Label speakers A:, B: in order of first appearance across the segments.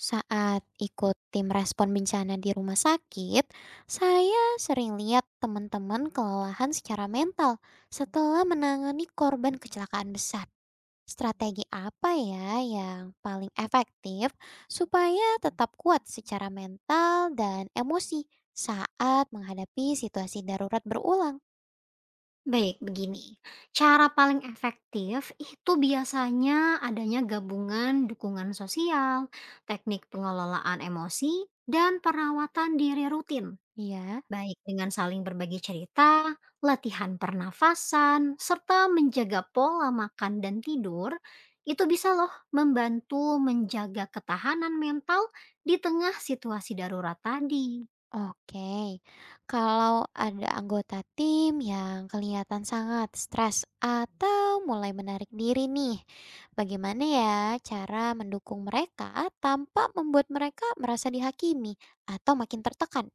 A: Saat ikut tim respon bencana di rumah sakit, saya sering lihat teman-teman kelelahan secara mental setelah menangani korban kecelakaan besar. Strategi apa ya yang paling efektif supaya tetap kuat secara mental dan emosi saat menghadapi situasi darurat berulang?
B: Baik, begini. Cara paling efektif itu biasanya adanya gabungan dukungan sosial, teknik pengelolaan emosi, dan perawatan diri rutin.
A: Ya.
B: Baik dengan saling berbagi cerita, latihan pernafasan, serta menjaga pola makan dan tidur, itu bisa loh membantu menjaga ketahanan mental di tengah situasi darurat tadi.
A: Oke, kalau ada anggota tim yang kelihatan sangat stres atau mulai menarik diri nih, bagaimana ya cara mendukung mereka tanpa membuat mereka merasa dihakimi atau makin tertekan?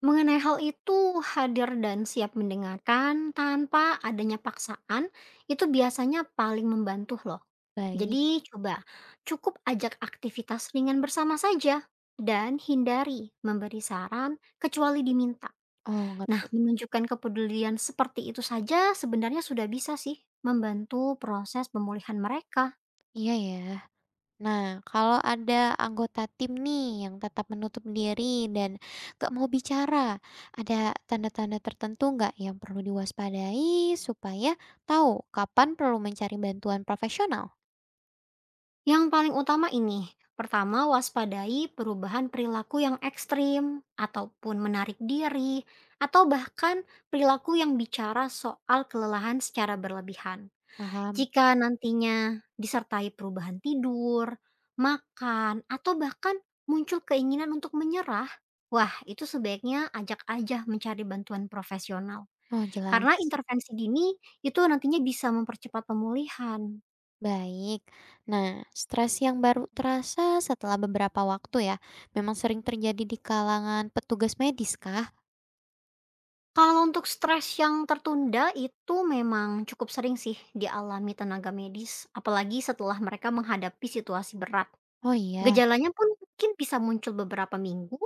B: Mengenai hal itu, hadir dan siap mendengarkan tanpa adanya paksaan itu biasanya paling membantu loh.
A: Baik.
B: Jadi coba, cukup ajak aktivitas ringan bersama saja dan hindari memberi saran kecuali diminta.
A: Oh, ngerti.
B: Nah, menunjukkan kepedulian seperti itu saja sebenarnya sudah bisa sih membantu proses pemulihan mereka.
A: Iya ya. Nah, kalau ada anggota tim nih yang tetap menutup diri dan gak mau bicara, ada tanda-tanda tertentu nggak yang perlu diwaspadai supaya tahu kapan perlu mencari bantuan profesional?
B: Yang paling utama ini, pertama waspadai perubahan perilaku yang ekstrim, ataupun menarik diri, atau bahkan perilaku yang bicara soal kelelahan secara berlebihan.
A: Paham?
B: Jika nantinya disertai perubahan tidur, makan, atau bahkan muncul keinginan untuk menyerah, wah itu sebaiknya ajak aja mencari bantuan profesional.
A: Oh,
B: Karena
A: jelas.
B: intervensi dini itu nantinya bisa mempercepat pemulihan.
A: Baik. Nah, stres yang baru terasa setelah beberapa waktu ya, memang sering terjadi di kalangan petugas medis kah?
B: Kalau untuk stres yang tertunda itu memang cukup sering sih dialami tenaga medis, apalagi setelah mereka menghadapi situasi berat.
A: Oh iya,
B: Gejalanya pun mungkin bisa muncul beberapa minggu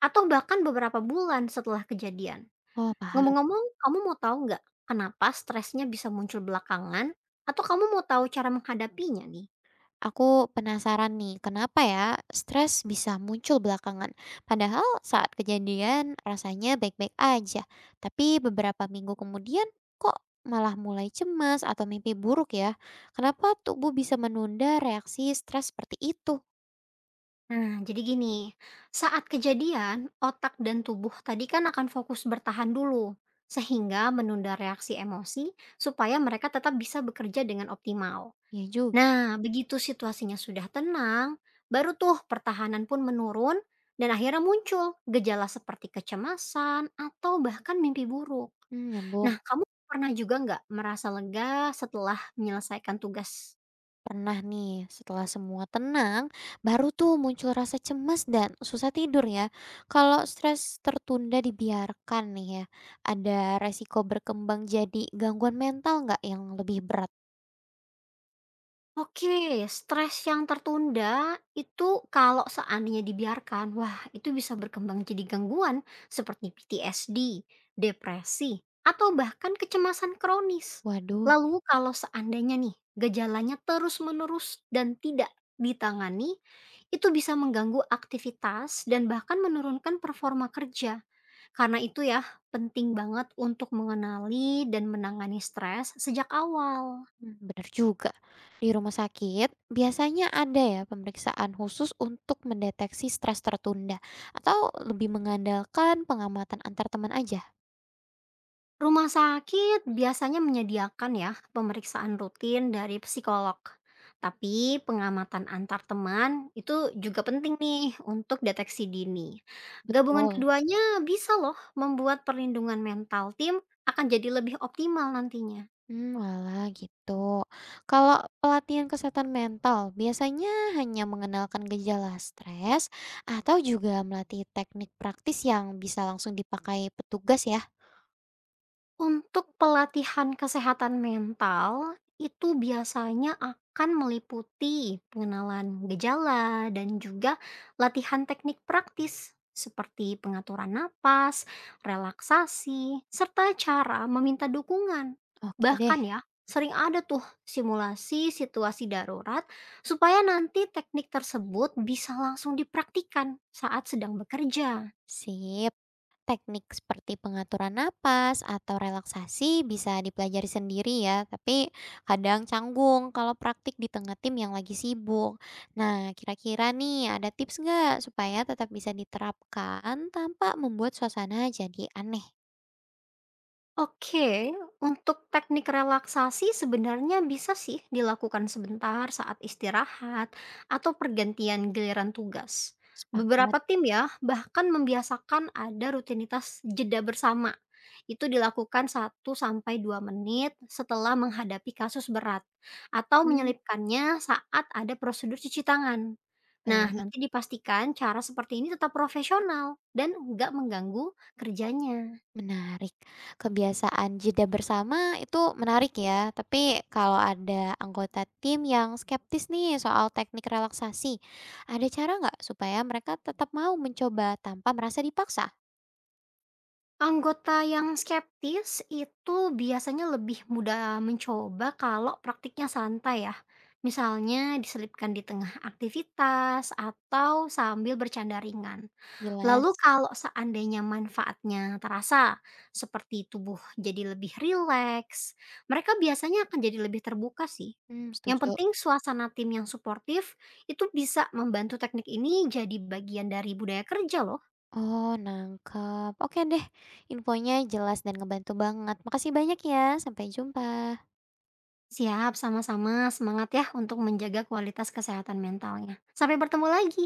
B: atau bahkan beberapa bulan setelah kejadian.
A: oh paham.
B: Ngomong-ngomong, kamu mau tahu nggak kenapa stresnya bisa muncul belakangan? Atau kamu mau tahu cara menghadapinya nih?
A: Aku penasaran nih, kenapa ya stres bisa muncul belakangan? Padahal saat kejadian rasanya baik-baik aja, tapi beberapa minggu kemudian kok malah mulai cemas atau mimpi buruk ya? Kenapa tubuh bisa menunda reaksi stres seperti itu?
B: Nah, jadi gini, saat kejadian, otak dan tubuh tadi kan akan fokus bertahan dulu, sehingga menunda reaksi emosi supaya mereka tetap bisa bekerja dengan optimal.
A: Ya juga.
B: Nah, begitu situasinya sudah tenang, baru tuh pertahanan pun menurun, dan akhirnya muncul gejala seperti kecemasan atau bahkan mimpi buruk.
A: Hmm, nyambung.
B: Nah, kamu pernah juga nggak merasa lega setelah menyelesaikan tugas?
A: Pernah nih, setelah semua tenang, baru tuh muncul rasa cemas dan susah tidur ya. Kalau stres tertunda dibiarkan nih ya, ada resiko berkembang jadi gangguan mental nggak yang lebih berat?
B: Oke, stres yang tertunda itu kalau seandainya dibiarkan, wah itu bisa berkembang jadi gangguan seperti PTSD, depresi, atau bahkan kecemasan kronis.
A: Waduh.
B: Lalu kalau seandainya nih gejalanya terus-menerus dan tidak ditangani, itu bisa mengganggu aktivitas dan bahkan menurunkan performa kerja. Karena itu ya penting banget untuk mengenali dan menangani stres sejak awal.
A: Hmm, bener juga. Di rumah sakit biasanya ada ya pemeriksaan khusus untuk mendeteksi stres tertunda atau lebih mengandalkan pengamatan antar teman aja.
B: Rumah sakit biasanya menyediakan ya pemeriksaan rutin dari psikolog. Tapi pengamatan antar teman itu juga penting nih untuk deteksi dini. Gabungan
A: Betul.
B: keduanya bisa loh membuat perlindungan mental tim akan jadi lebih optimal nantinya.
A: Mmm, walah gitu. Kalau pelatihan kesehatan mental biasanya hanya mengenalkan gejala stres atau juga melatih teknik praktis yang bisa langsung dipakai petugas ya?
B: Untuk pelatihan kesehatan mental, itu biasanya akan meliputi pengenalan gejala dan juga latihan teknik praktis seperti pengaturan napas, relaksasi, serta cara meminta dukungan.
A: Oke deh.
B: Bahkan ya, sering ada tuh simulasi situasi darurat supaya nanti teknik tersebut bisa langsung dipraktikan saat sedang bekerja.
A: Sip. Teknik seperti pengaturan napas atau relaksasi bisa dipelajari sendiri ya, tapi kadang canggung kalau praktik di tengah tim yang lagi sibuk. Nah, kira-kira nih ada tips nggak supaya tetap bisa diterapkan tanpa membuat suasana jadi aneh?
B: Oke, untuk teknik relaksasi sebenarnya bisa sih dilakukan sebentar saat istirahat atau pergantian giliran tugas.
A: Sepakat.
B: Beberapa tim ya bahkan membiasakan ada rutinitas jeda bersama. Itu dilakukan 1 sampai 2 menit setelah menghadapi kasus berat atau
A: Hmm,
B: menyelipkannya saat ada prosedur cuci tangan. Nah,
A: baik.
B: nanti dipastikan cara seperti ini tetap profesional dan nggak mengganggu kerjanya.
A: Menarik. Kebiasaan jeda bersama itu menarik ya, tapi kalau ada anggota tim yang skeptis nih soal teknik relaksasi, ada cara nggak supaya mereka tetap mau mencoba tanpa merasa dipaksa?
B: Anggota yang skeptis itu biasanya lebih mudah mencoba kalau praktiknya santai ya. Misalnya diselipkan di tengah aktivitas atau sambil bercanda ringan. Lalu
A: Jelas.
B: kalau seandainya manfaatnya terasa, seperti tubuh jadi lebih rileks, mereka biasanya akan jadi lebih terbuka sih.
A: Hmm,
B: Yang
A: setuju.
B: penting suasana tim yang suportif itu bisa membantu teknik ini jadi bagian dari budaya kerja loh.
A: Oh, nangkep. Oke deh, infonya jelas dan ngebantu banget. Makasih banyak ya. Sampai jumpa.
B: Siap, sama-sama. Semangat ya untuk menjaga kualitas kesehatan mentalnya. Sampai bertemu lagi.